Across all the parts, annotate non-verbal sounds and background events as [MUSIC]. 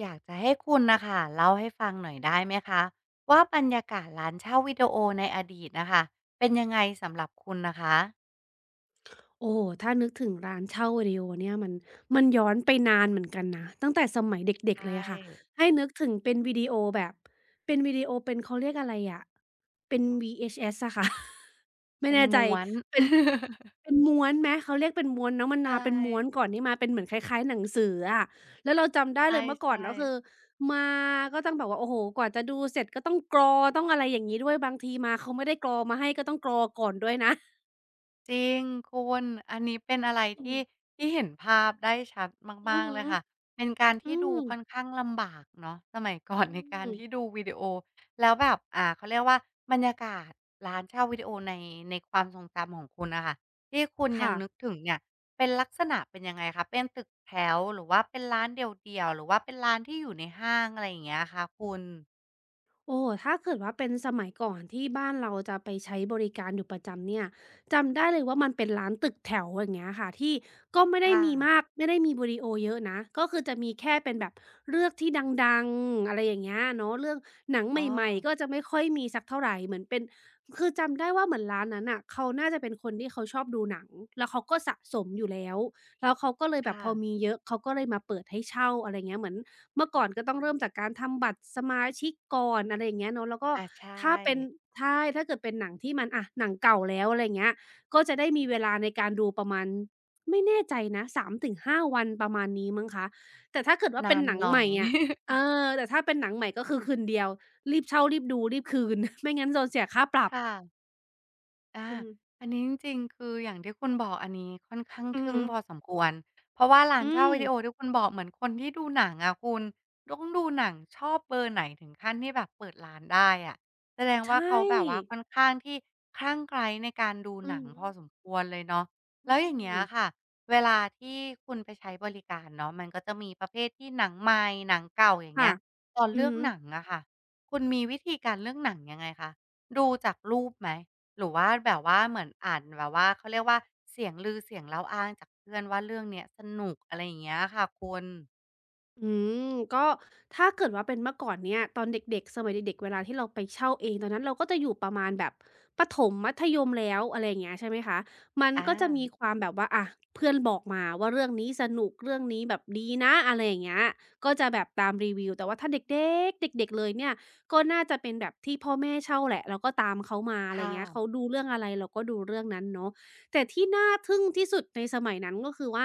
อยากจะให้คุณนะคะเล่าให้ฟังหน่อยได้ไหมคะว่าบรรยากาศร้านเช่าวิดีโอในอดีตนะคะเป็นยังไงสำหรับคุณนะคะโอ้โฮถ้านึกถึงร้านเช่าวิดีโอเนี่ยมันย้อนไปนานเหมือนกันนะตั้งแต่สมัยเด็กๆเลยใช่อะค่ะให้นึกถึงเป็นวิดีโอแบบเป็นวิดีโอเป็นเขาเรียกอะไรอะเป็น VHS อะค่ะ [LAUGHS] ไม่เป็นแน่ใจม้วน เป็น [LAUGHS] เป็นม้วนไหมเขาเรียกเป็นม้วนเนาะมันใชมาเป็นม้วน่ก่อนนี่มาเป็นเหมือนคล้ายๆหนังสืออะแล้วเราจำได้ใช่เลยเมื่อก่อใช่ นก็คือมาก็ต้องแบบว่าโอ้โฮกว่าจะดูเสร็จก็ต้องกรอต้องอะไรอย่างงี้ด้วยบางทีมาเขาไม่ได้กรอมาให้ก็ต้องกรอก่อนด้วยนะจริงคุณอันนี้เป็นอะไรอืมที่ที่เห็นภาพได้ชัดอืมาอกๆฮึ เลยค่ะเป็นการอืที่ดูมค่อนข้างลำบากเนาะสมัยก่อนอืในการมที่ดูวิดีโอแล้วแบบเขาเรียกว่าบรรยากาศร้านเช่าวิดีโอในความทรงจำของคุณน่ะค่ะที่คุณยังค่ะนึกถึงเนี่ยเป็นลักษณะเป็นยังไงคะเป็นตึกแถวหรือว่าเป็นร้านเดี่ยวๆหรือว่าเป็นร้านที่อยู่ในห้างอะไรอย่างเงี้ยคะคุณโอ้ถ้าเกิดว่าเป็นสมัยก่อนที่บ้านเราจะไปใช้บริการอยู่ประจำเนี่ยจำได้เลยว่ามันเป็นร้านตึกแถวอย่างเงี้ยค่ะที่ก็ไม่คได้มีมา่ะกไม่ได้มีวิดีโอเยอะนะก็คือจะมีแค่เป็นแบบเลือกที่ดังๆอะไรอย่างเงี้ยเนาะเรื่องหนังใอ๋อหม่ๆก็จะไม่ค่อยมีสักเท่าไรเหมือนเป็นคือจำได้ว่าเหมือนร้านนั้นน่ะเขาน่าจะเป็นคนที่เขาชอบดูหนังแล้วเขาก็สะสมอยู่แล้วแล้วเขาก็เลยแบบค่ะพอมีเยอะเขาก็เลยมาเปิดให้เช่าอะไรเงี้ยเหมือน เมื่อก่อนก็ต้องเริ่มจากการทำบัตรสมาชิกก่อนอะไรอย่างเงี้ยเนาะแล้วก็อาใช่ถ้าเป็นใช่ถ้าเกิดเป็นหนังที่มันอะหนังเก่าแล้วอะไรอย่างเงี้ยก็จะได้มีเวลาในการดูประมาณไม่แน่ใจนะ3-5วันประมาณนี้มั้งคะแต่ถ้าเกิดว่าเป็นานนหนังหน่ใหอย ม่อะเอ [LAUGHS] อแต่ถ้าเป็นหนังใหม่ก็คือคืนเดียวรีบเช่ารีบดูรีบคืน [LAUGHS] ไม่งั้นโดนเสียค่าปรับค่ะ อาอืมอันนี้จริงๆคืออย่างที่คุณบอกอันนี้ค่อนข้างอือทึ่งฮึพอสมควรเพราะว่าร้าอืนเช่ามวิดีโอที่คุณบอกเหมือนคนที่ดูหนังอะคุณต้องดูหนังชอบเบอร์ไหนถึงขั้นที่แบบเปิดร้านได้อะแสดงใชว่าเขา่แบบว่าค่อนข้างที่คลั่งไคล้ในการดูหอืนัองฮึพอสมควรเลยเนาะอืแล้วอย่างเงี้มยค่ะเวลาที่คุณไปใช้บริการเนาะมันก็จะมีประเภทที่หนังใหม่หนังเก่าอย่างค่ะเงี้ยตอนอืเลืออกฮึ หนังอะค่ะคุณมีวิธีการเลือกหนังยังไงคะดูจากรูปไหม หรือว่าแบบว่าเหมือนอ่านแบบว่าเขาเรียกว่าเสียงลือเสียงเล่าอ้างจากเพื่อนว่าเรื่องเนี้ยสนุกอะไรอย่างเงี้ยค่ะคุณอืมก็ถ้าเกิดว่าเป็นเมื่อก่อนเนี่ยตอนเด็กๆสมัยเด็กๆเวลาที่เราไปเช่าเองตอนนั้นเราก็จะอยู่ประมาณแบบประถมมัธยมแล้วอะไรอย่างเงี้ยใช่ไหมคะมันก็จะมีอาความแบบว่าอะเพื่อนบอกมาว่าเรื่องนี้สนุกเรื่องนี้แบบดีนะอะไรอย่างเงี้ยก็จะแบบตามรีวิวแต่ว่าถ้าเด็กๆเด็กๆเลยเนี่ยก็น่าจะเป็นแบบที่พ่อแม่เช่าแหละเราก็ตามเขามาอะคไรอย่างเงี้ยเขา่ะดูเรื่องอะไรเราก็ดูเรื่องนั้นเนาะแต่ที่น่าทึ่งที่สุดในสมัยนั้นก็คือว่า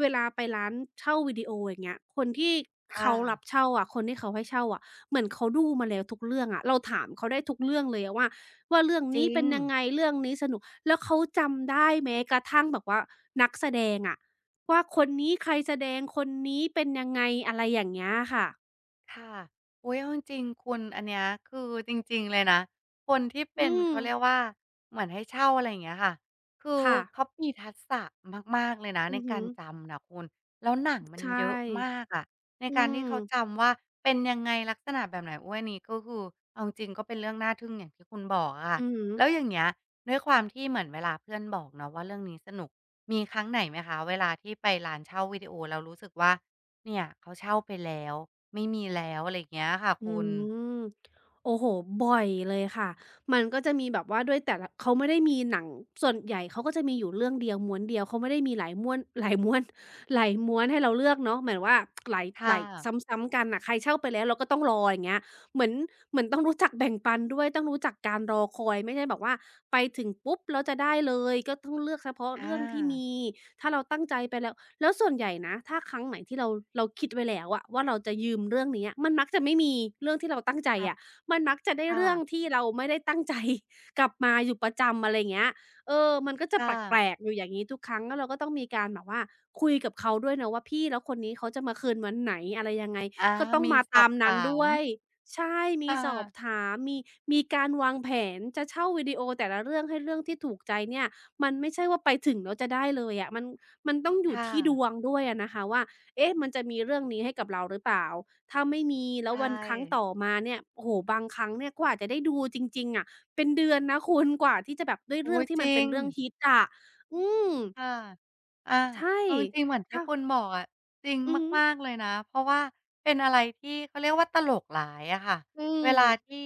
เวลาไปร้านเช่าวิดีโออย่างเงี้ยคนที่ค่ะเขารับเช่าอะคนที่เขาให้เช่าอะเหมือนเขาดูมาแล้วทุกเรื่องอะเราถามเขาได้ทุกเรื่องเลยอะว่าเรื่องจรินี้ง เป็นยังไงเรื่องนี้สนุกแล้วเขาจำได้แม้กระทั่งแบบว่านักแสดงอะว่าคนนี้ใครแสดงคนนี้เป็นยังไงอะไรอย่างเงี้ยค่ะค่ะโอุ๊ยเอาจริงๆคุณอันเนี้ยคือจริงๆ เลยนะ คนที่เป็อืนมเขาเรียกว่าเหมือนให้เช่าอะไรอย่างเงี้ยค่ะคือค่ะเขามีทักษะมากๆ เลยนะอืในอฮึการจำน่ะคุณแล้วหนังมันใชเยอะ่มากอะในอืการที่มเขาจำว่าเป็นยังไงลักษณะแบบไหนโอุ๊ยอันนี้ก็คือเอาจริงๆก็เป็นเรื่องน่าทึ่งอย่างที่คุณบอกอะค่ะอือฮึ แล้วอย่างเงี้ยด้วยความที่เหมือนเวลาเพื่อนบอกเนาะว่าเรื่องนี้สนุกมีครั้งไหนไหมคะเวลาที่ไปร้านเช่าวิดีโอแล้วรู้สึกว่า เนี่ยเขาเช่าไปแล้วไม่มีแล้วอะไรอย่างเงี้ยค่ะอืคุณ มโอ้โฮบ่อยเลยค่ะ มันก็จะมีแบบว่าด้วยแต่ละเขาไม่ได้มีหนังส่วนใหญ่เขาก็จะมีอยู่เรื่องเดียวม้วนเดียวเขาไม่ได้มีหลายม่วน [LAUGHS] หลายม้วนให้เราเลือกเนาะหมายว่าหลายหค่ะลายซ้ำๆกันน่ะใครเช่าไปแล้วเราก็ต้องรออย่างเงี้ย เหมือนเหมือนต้องรู้จักแบ่งปันด้วยต้องรู้จักการรอคอยไม่ใช่แบบว่าไปถึงปุ๊บแล้วจะได้เลยก็ต้องเลือกเฉพาะอาเรื่องที่มีถ้าเราตั้งใจไปแล้วแล้วส่วนใหญ่นะถ้าครั้งไหนที่เราคิดไว้แล้วอะว่าเราจะยืมเรื่องเนี้ยมันมักจะไม่มีเรื่องที่เราตั้งใจอัพอะมันมักจะได้ค่ะ เรื่องที่เราไม่ได้ตั้งใจกลับมาอยู่ประจำอะไรอย่างเงี้ยเออมันก็จะค่แปละกๆอยู่อย่างงี้ทุกครั้งแล้วเราก็ต้องมีการแบบว่าคุยกับเขาด้วยนะว่าพี่แล้วคนนี้เขาจะมาคืนวันไหนอะไรยังไงอาก็ต้องมีมาสอตาบมนั้นถาด้ม วย ใช่ มีค่สอบะ ถาม มีมีการวางแผน จะเช่าวิดีโอแต่ละเรื่องให้เรื่องที่ถูกใจเนี่ยมันไม่ใช่ว่าไปถึงแล้วจะได้เลยอะมันต้องอยู่ค่ะที่ดวงด้วยอะนะคะว่าเอ๊ะมันจะมีเรื่องนี้ให้กับเราหรือเปล่าถ้าไม่มีแล้วใช่วันครั้งต่อมาเนี่ยโอ้โฮบางครั้งเนี่ยกว่าจะได้ดูจริงๆอะเป็นเดือนนะคุณกว่าที่จะแบบด้วยเรื่อุ๊องยที่จมันริเป็นง เรื่องฮิตอะอืมค่ะอาใช่เอาจริงๆเหมือนที่ถ้าคุณบอกอะจริงอือฮึมากๆเลยนะเพราะว่าเป็นอะไรที่เขาเรียกว่าตลกร้ายอะค่ะอืเวมลาที่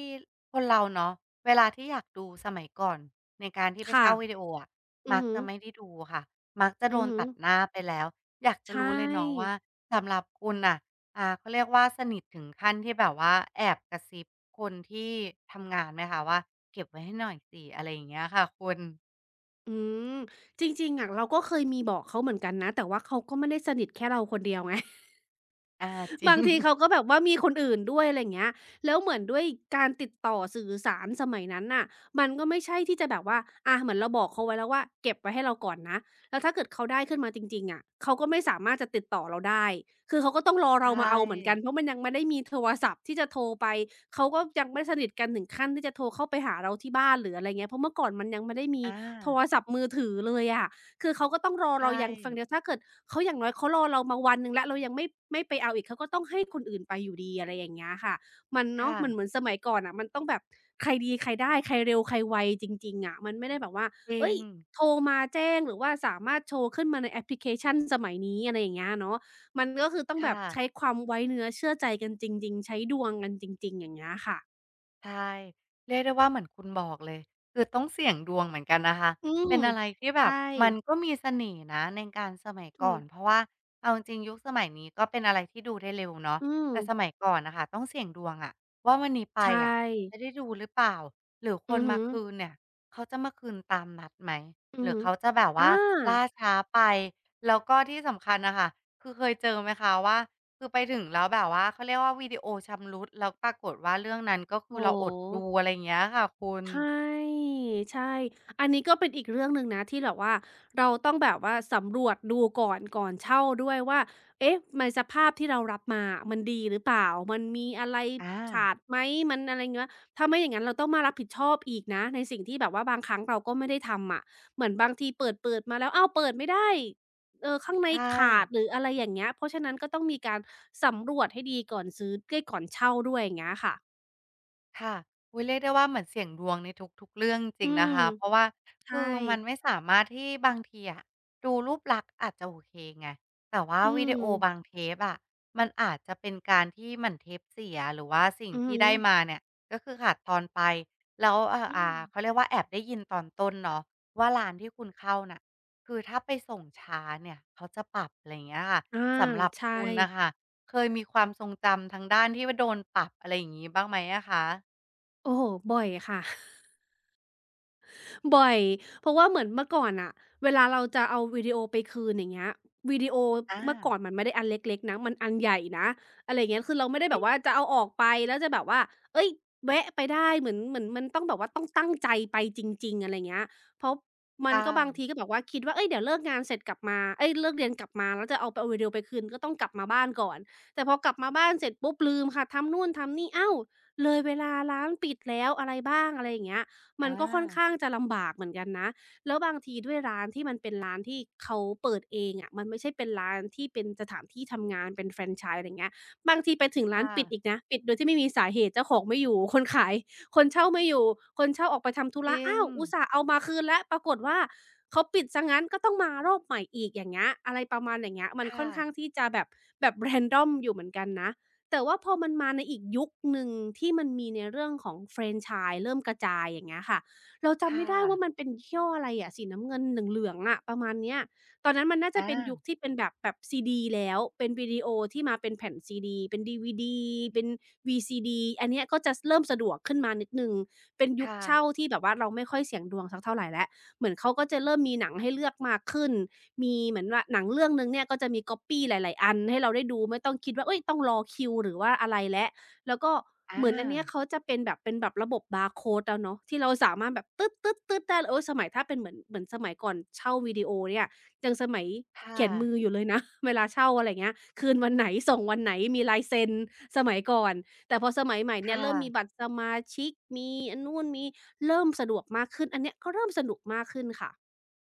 คนเราเนาะเวลาที่อยากดูสมัยก่อนในการที่ไปค่ะเช่าวิดีโออะอืมัอกฮึจะไม่ได้ดูค่ะมักจะโดอือนฮึตัดหน้าไปแล้วอยากจะใช่ รู้เลยเนาะว่าสำหรับคุณน่ะเขาเรียกว่าสนิทถึงขั้นที่แบบว่าแอบกระซิบคนที่ทำงานไหมคะว่าเก็บไว้ให้หน่อยสิอะไรอย่างเงี้ยค่ะคุณอืมจริงๆอะเราก็เคยมีบอกเขาเหมือนกันนะแต่ว่าเขาก็ไม่ได้สนิทแค่เราคนเดียวไง อาจ [LAUGHS] ริบางงทีเขาก็แบบว่ามีคนอื่นด้วยอะไรอย่างเงี้ยแล้วเหมือนด้วยการติดต่อสื่อสารสมัยนั้นน่ะมันก็ไม่ใช่ที่จะแบบว่าอาเหมือนเราบอกเขาไว้แล้วว่าเก็บไว้ให้เราก่อนนะแล้วถ้าเกิดเขาได้ขึ้นมาจริงๆอะเขาก็ไม่สามารถจะติดต่อเราได้คือเขาก็ต้องรอใชเรามา่ เอาเหมือนกันเพราะมันยังไม่ได้มีโทรศัพท์ที่จะโทรไปเขาก็ยังไม่สนิทกันถึงขั้นที่จะโทรเข้าไปหาเราที่บ้านหรืออะไรเงี้ยเพราะเมื่อก่อนมันยังไม่ได้มีอาโทรศัพท์มือถือเลยอะ คือเขาก็ต้องรอเราใช่อย่างฝั่งเดียวถ้าเกิดเขาอย่างน้อยเขารอเรามาวันหนึ่งแล้วเรายังไม่ไปเอาอีกเขาก็ต้องให้คนอื่นไปอยู่ดีอะไรอย่างเงี้ยค่ะมันเนาะค่ะมันเหมือนสมัยก่อนน่ะมันต้องแบบใครดีใครได้ใครเร็วใครไวจริงๆอะมันไม่ได้แบบว่าจริเฮ้งยโทรมาแจ้งหรือว่าสามารถโชว์ขึ้นมาในแอปพลิเคชันสมัยนี้อะไรอย่างเงี้ยเนาะมันก็คือต้องแบค่ะบใช้ความไว้เนื้อเชื่อใจกันจริงๆใช้ดวงกันจริงๆอย่างเงี้ยค่ะใช่เรียกได้ว่าเหมือนคุณบอกเลยคือต้องเสี่ยงดวงเหมือนกันนะคะอืมเป็นอะไรที่แบใช่บมันก็มีเสน่ห์นะในการสมัยอืก่อมนเพราะว่าเอาจริงๆยุคสมัยนี้ก็เป็นอะไรที่ดูได้เร็วเนาะอืมแต่สมัยก่อนน่ะค่ะต้องเสี่ยงดวงอะว่าวันนี้ไปใชอะจะ่ได้ดูหรือเปล่าหรือคอืนอมาฮึ คืนเนี่ยเขาจะมาคืนตามนัดไหมอืหอรือฮึเขาจะแบบอาว่าล่าช้าไปแล้วก็ที่สำคัญน่ะค่ะคือเคยเจอไหมคะว่า คือไปถึงแล้วแบบว่าเขาเรียกว่าวิดีโอชำรุดแล้วปรากฏว่าเรื่องนั้นก็คืโอ้อโฮเราอดดูอะไรอย่างเงี้ยค่ะคุณใช่ใช่อันนี้ก็เป็นอีกเรื่องหนึ่งนะที่แบบว่าเราต้องแบบว่าสำรวจดูก่อนก่อนเช่าด้วยว่าเอ๊ะมันสภาพที่เรารับมาอะมันดีหรือเปล่ามันมีอะไรอาขาดไหมมันอะไรเงี้ยถ้าไม่อย่างงั้นเราต้องมารับผิดชอบอีกนะในสิ่งที่แบบว่าบางครั้งเราก็ไม่ได้ทำอะเหมือนบางทีเปิดเปิดมาแล้วอ้าวเปิดไม่ได้ข้างในใช่ ขาดหรืออะไรอย่างเงี้ยเพราะฉะนั้นก็ต้องมีการสำรวจให้ดีก่อนซื้อเอ๊ยก่อนเช่าด้วยอย่างเงี้ยค่ะ ค่ะอุ๊ยเรียกได้ว่าเหมือนเสี่ยงดวงในทุกๆเรื่องจอืริงๆนะมคะเพราะว่าใช่คือมันไม่สามารถที่บางทีอะดูรูปลักษณ์อาจจะโอเคไงแต่ว่าอืวิดีโอบางมเทปอะมันอาจจะเป็นการที่เหมือนเทปเสียหรือว่าสิ่งอือที่ฮึได้มาเนี่ยก็คือขาดตอนไปแล้วอืมเขาเรียกว่าแอบได้ยินตอนต้นเนาะว่าร้านที่คุณเข้าน่ะคือถ้าไปส่งช้าเนี่ยเขาจะปรับอะไรอย่างเงี้ยค่ะอาสำหรับใช่คุณน่ะค่ะเคยมีความทรงจำทางด้านที่ว่าโดนปรับอะไรอย่างงี้บ้างไหมอะคะ โอ้โฮบ่อยค่ะ บ่อยเพราะว่าเหมือนเมื่อก่อนอะเวลาเราจะเอาวิดีโอไปคืนอย่างเงี้ยวิดีโอเมื่อก่ออานมันไม่ได้อันเล็กๆนะมันอันใหญ่นะอะไรอย่างเงี้ยคือเราไม่ได้จแบริบว่างจะเอาออกไปแล้วจะแบบว่าเฮ้ยแวะไปได้เหมือนมันต้องแบบว่าต้องตั้งใจไปจริงๆอะไรเงี้ยเพราะมันค่ก็บางทีะก็แบบว่าคิดว่าเฮ้ยเดี๋ยวเลิกงานเสร็จกลับมาเฮ้ยเลิกเรียนกลับมาแล้วจะเอาไปเอาวิดีโอไปคืนก็ต้องกลับมาบ้านก่อนแต่พอกลับมาบ้านเสร็จปุ๊บลืมค่ะทำนู่นทำนี่อ้าวเลยเวลาร้านปิดแล้วอะไรบ้างอะไรอย่างเงี้ย มันอาก็ค่อนข้างจะลำบากเหมือนกันนะ แล้วบางทีด้วยร้านที่มันเป็นร้านที่เขาเปิดเองอะมันไม่ใช่เป็นร้านที่เป็นสถานที่ทำงานเป็นแฟรนไชส์อะไรเงี้ยบางทีไปถึงร้านค่ะปิดอีกนะ ปิดโดยที่ไม่มีสาเหตุเจ้าของไม่อยู่ คนขาย [LAUGHS] คนเช่าไม่อยู่ คนเช่าออกไปทำธุจระริงอ้าว อุตส่าห์เอามาคืนแล้ว ปรากฏว่าเขาปิดเสียงั้นก็ต้องมารอบใหม่อีกอย่างเงี้ยอะไรประมาณอย่างเงี้ยมันค่ค่ะอนข้างที่จะแบบ random อยู่เหมือนกันนะ แต่ว่าพอมันมาในอีกยุคหนึ่งที่มันมีในเรื่องของแฟรนไชส์เริ่มกระจายอย่างเงี้ยค่ะเราจำไม่ค่ะได้ว่ามันเป็นยี่ห้ออะไรอะสีน้ำเงินเหลืองๆอะประมาณเนี้ยตอนนั้นมันน่าจะอาเป็นยุคที่เป็นแบบซีดีแล้วเป็นวิดีโอที่มาเป็นแผ่นซีดีเป็นดีวีดีเป็นวีซีดีอันเนี้ยก็จะสเริ่มสะดวกขึ้นมานิดหนึ่งเป็นยุคค่ะเช่าที่แบบว่าเราไม่ค่อยเสี่ยงดวงสักเท่าไรแล้วเหมือนเขาก็จะเริ่มมีหนังให้เลือกมากขึ้น มีเหมือนว่าหนังเรื่องหนึ่งเนี่ยก็จะมีก๊อบปี้หลายๆอันให้เราได้ดูไม่ต้องคิดว่าเฮ้ยต้องรอคิวหรือว่าอะไรแล้วแล้วก็อเหมือนอันเนี้ยาเขาจะเป็นแบบระบบบาร์โคดแล้วเนาะที่เราสามารถแบบตึ๊ดๆๆได้โอ๊ยสมัยถ้าเป็นเหมือนสมัยก่อนเช่าวิดีโอเนี่ยยังสมัยค่ะเขียนมืออยู่เลยนะ [LAUGHS] เวลาเช่าอะไรอย่างเงี้ยคืนวันไหนส่งวันไหนมีลายเซ็นสมัยก่อนแต่พอสมัยใหม่เนี่ยค่ะ เริ่มมีบัตรสมาชิกมีอันนู่นมีเริ่มสะดวกมากขึ้นอันเนี้ยก็เริ่มสนุกมากขึ้นค่ะ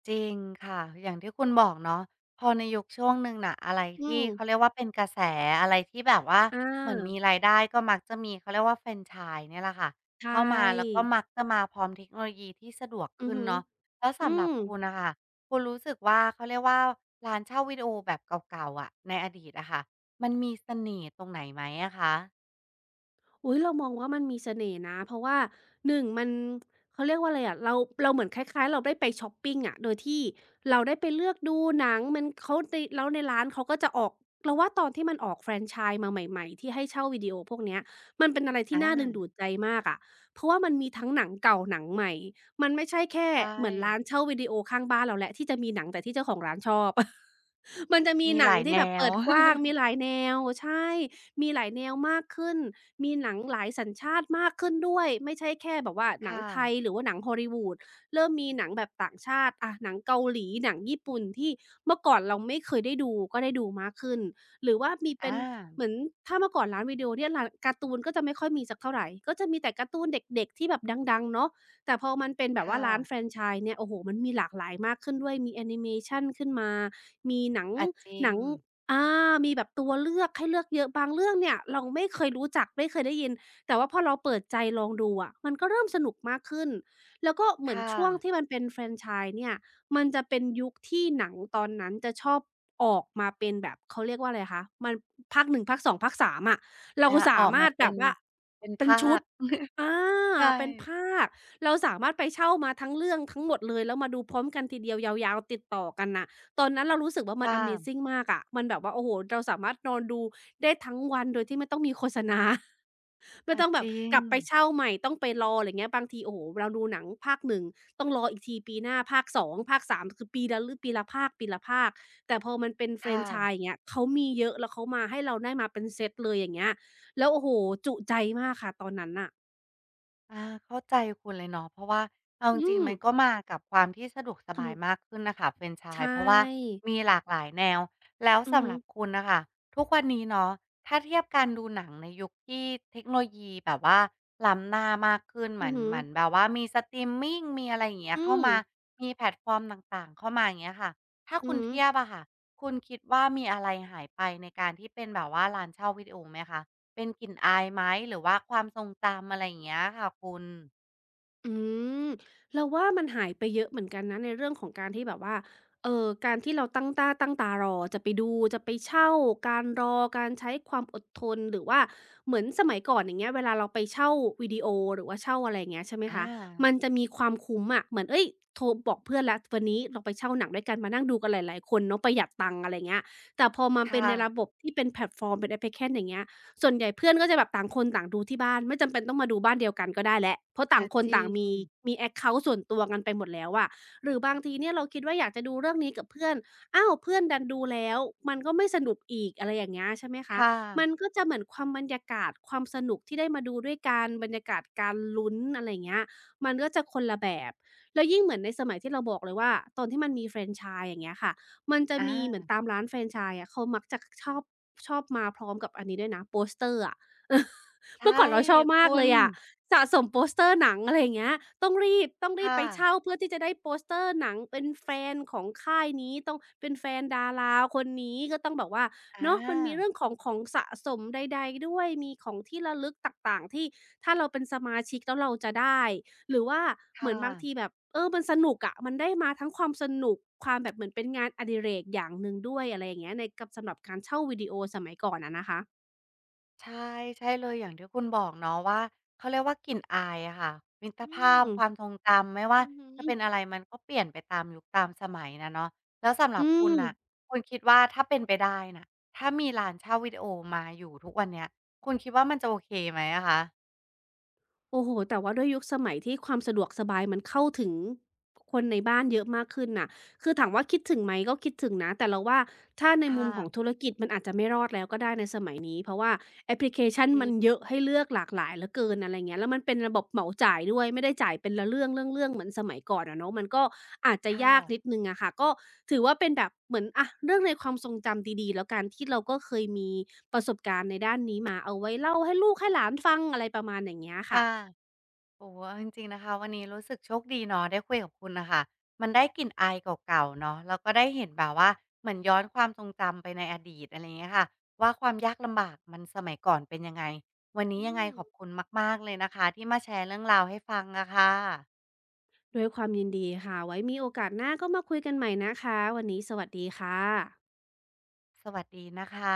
จริงค่ะอย่างที่คุณบอกเนาะพอในยุคช่วงหนึ่งน่ะอะไรอืที่มเขาเรียกว่าเป็นกระแสอะไรที่แบบว่าอเหมือนมีา รายได้ก็มักจะมีเขาเรียกว่าแฟรนไชส์เนี่ยแหละค่ะใชเข้ามาแล้วก็่มักจะมาพร้อมเทคโนโลยีที่สะดวกอือขึ้นฮึเนาะแล้วอืสำหรับม คุณน่ะค่ะคุณรู้สึกว่าเขาเรียกว่าร้านเช่าวิดีโอแบบเก่าๆอะในอดีตอะค่ะมันมีเสน่ห์ตรงไหนไหมอะคะอุ๊ยเรามองว่ามันมีเสน่ห์นะเพราะว่าหนึ่งมันเขาเรียกว่าอะไรอะเราเราเหมือนคล้ายๆเราได้ไปช็อปปิงอะโดยที่เราได้ไปเลือกดูหนังมันเขาในแล้วในร้านเขาก็จะออกเราว่าตอนที่มันออกแฟรนไชส์มาใหม่ๆที่ให้เช่าวิดีโอพวกเนี้ยมันเป็นอะไรที่อาน่าดึงดูดใจมากอะเพราะว่ามันมีทั้งหนังเก่าหนังใหม่มันไม่ใช่แค่ใช่เหมือนร้านเช่าวิดีโอข้างบ้านเราแล้วที่จะมีหนังแต่ที่เจ้าของร้านชอบ [LAUGHS] มันจะมีมีหหนังลายที่แนแบบว เปิดกว้างมีห [LAUGHS] ลายแนวใช่ มีหลายแนวมากขึ้นมีหนังหลายสัญชาติมากขึ้นด้วยไม่ใช่แค่แบบว่าหนังค่ะไทยหรือว่าหนัง Hollywood เริ่มมีหนังแบบต่างชาติอะหนังเกาหลีหนังญี่ปุ่นที่เมื่อก่อนเราไม่เคยได้ดูก็ได้ดูมากขึ้นหรือว่ามีอเป็นเหามือนถ้าเมื่อก่อนร้านวิดีโอเนี่ยร้านการ์ตูนก็จะไม่ค่อยมีสักเท่าไรก็จะมีแต่การ์ตูนเด็กๆที่แบบดังๆเนาะแต่พอมันเป็นแบบว่าค่ะร้านแฟรนไชส์เนี่ยโอ้โฮมันมีหลากหลายมากขึ้นด้วยมีแอนิเมชันขึ้นมามีหนังอาจริหงนัง อามีแบบตัวเลือกให้เลือกเยอะบางเรื่องเนี่ยเราไม่เคยรู้จักไม่เคยได้ยินแต่ว่าพอเราเปิดใจลองดูอะมันก็เริ่มสนุกมากขึ้นแล้วก็เหมือนค่ะ ช่วงที่มันเป็นแฟรนไชส์เนี่ยมันจะเป็นยุคที่หนังตอนนั้นจะชอบออกมาเป็นแบบเขาเรียกว่าอะไรคะมันภาค1ภาค2ภาค3อะเราอาอสาอกมามารถแบเป็นบว่าเป็นเป็นภาชุดคอาใช่เป็นภาคเราสามารถไปเช่ามาทั้งเรื่องทั้งหมดเลยแล้วมาดูพร้อมกันทีเดียวยาวๆติดต่อกันน่ะ ตอนนั้นเรารู้สึกว่ามัน ค่ะ Amazing มากอะมันแบบว่าโอ้โฮเราสามารถนอนดูได้ทั้งวันโดยที่ไม่ต้องมีโฆษณา [LAUGHS] ไม่อาต้องแบจบริงกลับไปเช่าใหม่ ต้องไปรออะไรเงี้ยบางทีโอ้โฮเราดูหนังภาคหนึ่งต้องรออีกทีปีหน้าภาคสองภาคสามคือปีละภาคปีละภาค แต่พอมันเป็นแฟรค่ะ นไชส์อย่างเงี้ยเขามีเยอะแล้วเขามาให้เราได้มาเป็นเซตเลยอย่างเงี้ยแล้วโอ้โฮจุใจมากค่ะตอนนั้นน่ะอ่าเข้าใจคุณเลยเนาะเพราะว่าเอาจอืริงมๆมันก็มากับความที่สะดวกสอืบายอมากขึ้นนะคะเฟรนไชใชส์เพราะว่า่มีหลากหลายแนวแล้วอือสำฮึหรับคุณนะคะทุกวันนี้เนาะถ้าเทียบการดูหนังในยุคที่เทคโนโลยีแบบว่าล้ำหน้ามากขึ้นเหอืมืออนฮึเหมือนแบบว่ามีสตรีมมิงมีอะไรอย่างเงี้ยอืเข้ามมามีแพลตฟอร์มต่างๆเข้ามาอย่างเงี้ยค่ะถ้าอืคุอณฮึ เทียบอะค่ะคุณคิดว่ามีอะไรหายไปในการที่เป็นแบบว่าร้านเช่าวิดีโอไหมคะ เป็นกลิ่นอายไหมหรือว่าความทรงจำอะไรอย่างเงี้ยค่ะคุณอืมเราว่ามันหายไปเยอะเหมือนกันนะในเรื่องของการที่แบบว่าการที่เราตั้งตารอจะไปดูจะไปเช่าการรอการใช้ความอดทนหรือว่าเหมือนสมัยก่อนอย่างเงี้ยเวลาเราไปเช่าวิดีโอหรือว่าเช่าอะไรอย่างเงี้ยใช่ไหมอคะมัานจะมีความคุ้มอะเหมือนเฮ้ยโทรบอกเพื่อนแล้ววันนี้เราไปเช่าหนังด้วยกันมานั่งดูกันหลายๆคนเนาะประหยัดตังค์อะไรเงี้ยแต่พอมาเป็นค่ะในระบบที่เป็นแพลตฟอร์มเป็นแอปพลิเคชันอย่างเงี้ย ส่วนใหญ่เพื่อนก็จะแบบต่างคนต่างดูที่บ้านไม่จำเป็นต้องมาดูบ้านเดียวกันก็ได้แล้วเพราะต่าอางคนจริต่างงมีแอ็กเคานต์ส่วนตัวกันไปหมดแล้วอะหรือบางทีเนี่ยเราคิดว่าอยากจะดูเรื่องนี้กับเพื่อนอ้าวเพื่อนดันดูแล้วมันก็ไม่สนุกอีกอะไรอย่างเงี้ยใช่ไหมคะค่ะมันก็จะเหมือนความบรรยากาศความสนุกที่ได้มาดูด้วยกันบรรยากาศการลุ้นอะไรอย่างเงี้ยมันก็จะคนละแบบแล้วยิ่งเหมือนในสมัยที่เราบอกเลยว่าตอนที่มันมีแฟรนไชส์อย่างเงี้ยค่ะมันจะอามีเหมือนตามร้านแฟรนไชส์อะเขามักจะชอบมาพร้อมกับอันนี้ด้วยนะโปสเตอร์อะ [LAUGHS] เมื่อใช่ก่อนเราชอบมาคุกเลณยอะสะสมโปสเตอร์หนังอะไรอย่างเงี้ยต้องรีบค่ะไปเช่าเพื่อที่จะได้โปสเตอร์หนังเป็นแฟนของค่ายนี้ต้องเป็นแฟนดาราคนนี้ก็ต้องแบบว่าอาเนาะมันมีเรื่องของของสะสมใดๆด้วยมีของที่ระลึกต่างๆที่ถ้าเราเป็นสมาชิกแล้วเราจะได้ หรือว่าเหค่ะมือนบางทีแบบเออมันสนุกอะมันได้มาทั้งความสนุกความแบบเหมือนเป็นงานอดิเรกอย่างหนึ่งด้วยอะไรอย่างเงี้ยในกับสำหรับการเช่าวิดีโอสมัยก่อนอะนะคะใช่ใช่เลยอย่างที่คุณบอกเนาะว่าเขาเรียกว่ากลิ่นอายอะค่ะมิตรอืภาพมความทรงจำไม่ว่าอือฮึจะเป็นอะไรมันก็เปลี่ยนไปตามยุคตามสมัยนะเนาะแล้วสำหรัอืบคุม ณน่ะคุณคิดว่าถ้าเป็นไปได้น่ะถ้ามีร้านเช่าวิดีโอมาอยู่ทุกวันเนี้ยคุณคิดว่ามันจะโอเคไหมอะคะ โอ้โฮแต่ว่าด้วยยุคสมัยที่ความสะดวกสบายมันเข้าถึงคนในบ้านเยอะมากขึ้นน่ะคือถามว่าคิดถึงไหมก็คิดถึงนะแต่เราว่าถ้าในมุค่ะมของธุรกิจมันอาจจะไม่รอดแล้วก็ได้ในสมัยนี้เพราะว่าแอปพลิเคชันจริมันเยงอะให้เลือกหลากหลายเหลือเกินอะไรเงี้ยแล้วมันเป็นระบบเหมาจ่ายด้วยไม่ได้จ่ายเป็นละเรื่องๆเหมือนสมัยก่อนอะเนาะมันก็อาจจะค่ะยากนิดหนึ่งอะค่ะก็ถือว่าเป็นแบบเหมือนอะเรื่องในความทรงจำดีๆแล้วกันที่เราก็เคยมีประสบการณ์ในด้านนี้มาเอาไว้เล่าให้ลูกให้หลานฟังอะไรประมาณอย่างเงี้ยค่ะ ค่ะโอ้โฮเอาจริงๆนะคะวันนี้รู้สึกโชคดีเนาะได้คุยกับคุณน่ะค่ะมันได้กลิ่นอายเก่าๆเนาะแล้วก็ได้เห็นแบบว่าเหมือนย้อนความทรงจำไปในอดีตอะไรอย่างเงี้ยค่ะว่าความยากลำบากมันสมัยก่อนเป็นยังไงวันนี้อืยังไงมขอบคุณมากๆเลยนะคะที่มาแชร์เรื่องราวให้ฟังอะค่ะด้วยความยินดีค่ะ ไว้มีโอกาสหน้าก็มาคุยกันใหม่นะคะ วันนี้สวัสดีค่ะสวัสดีนะคะ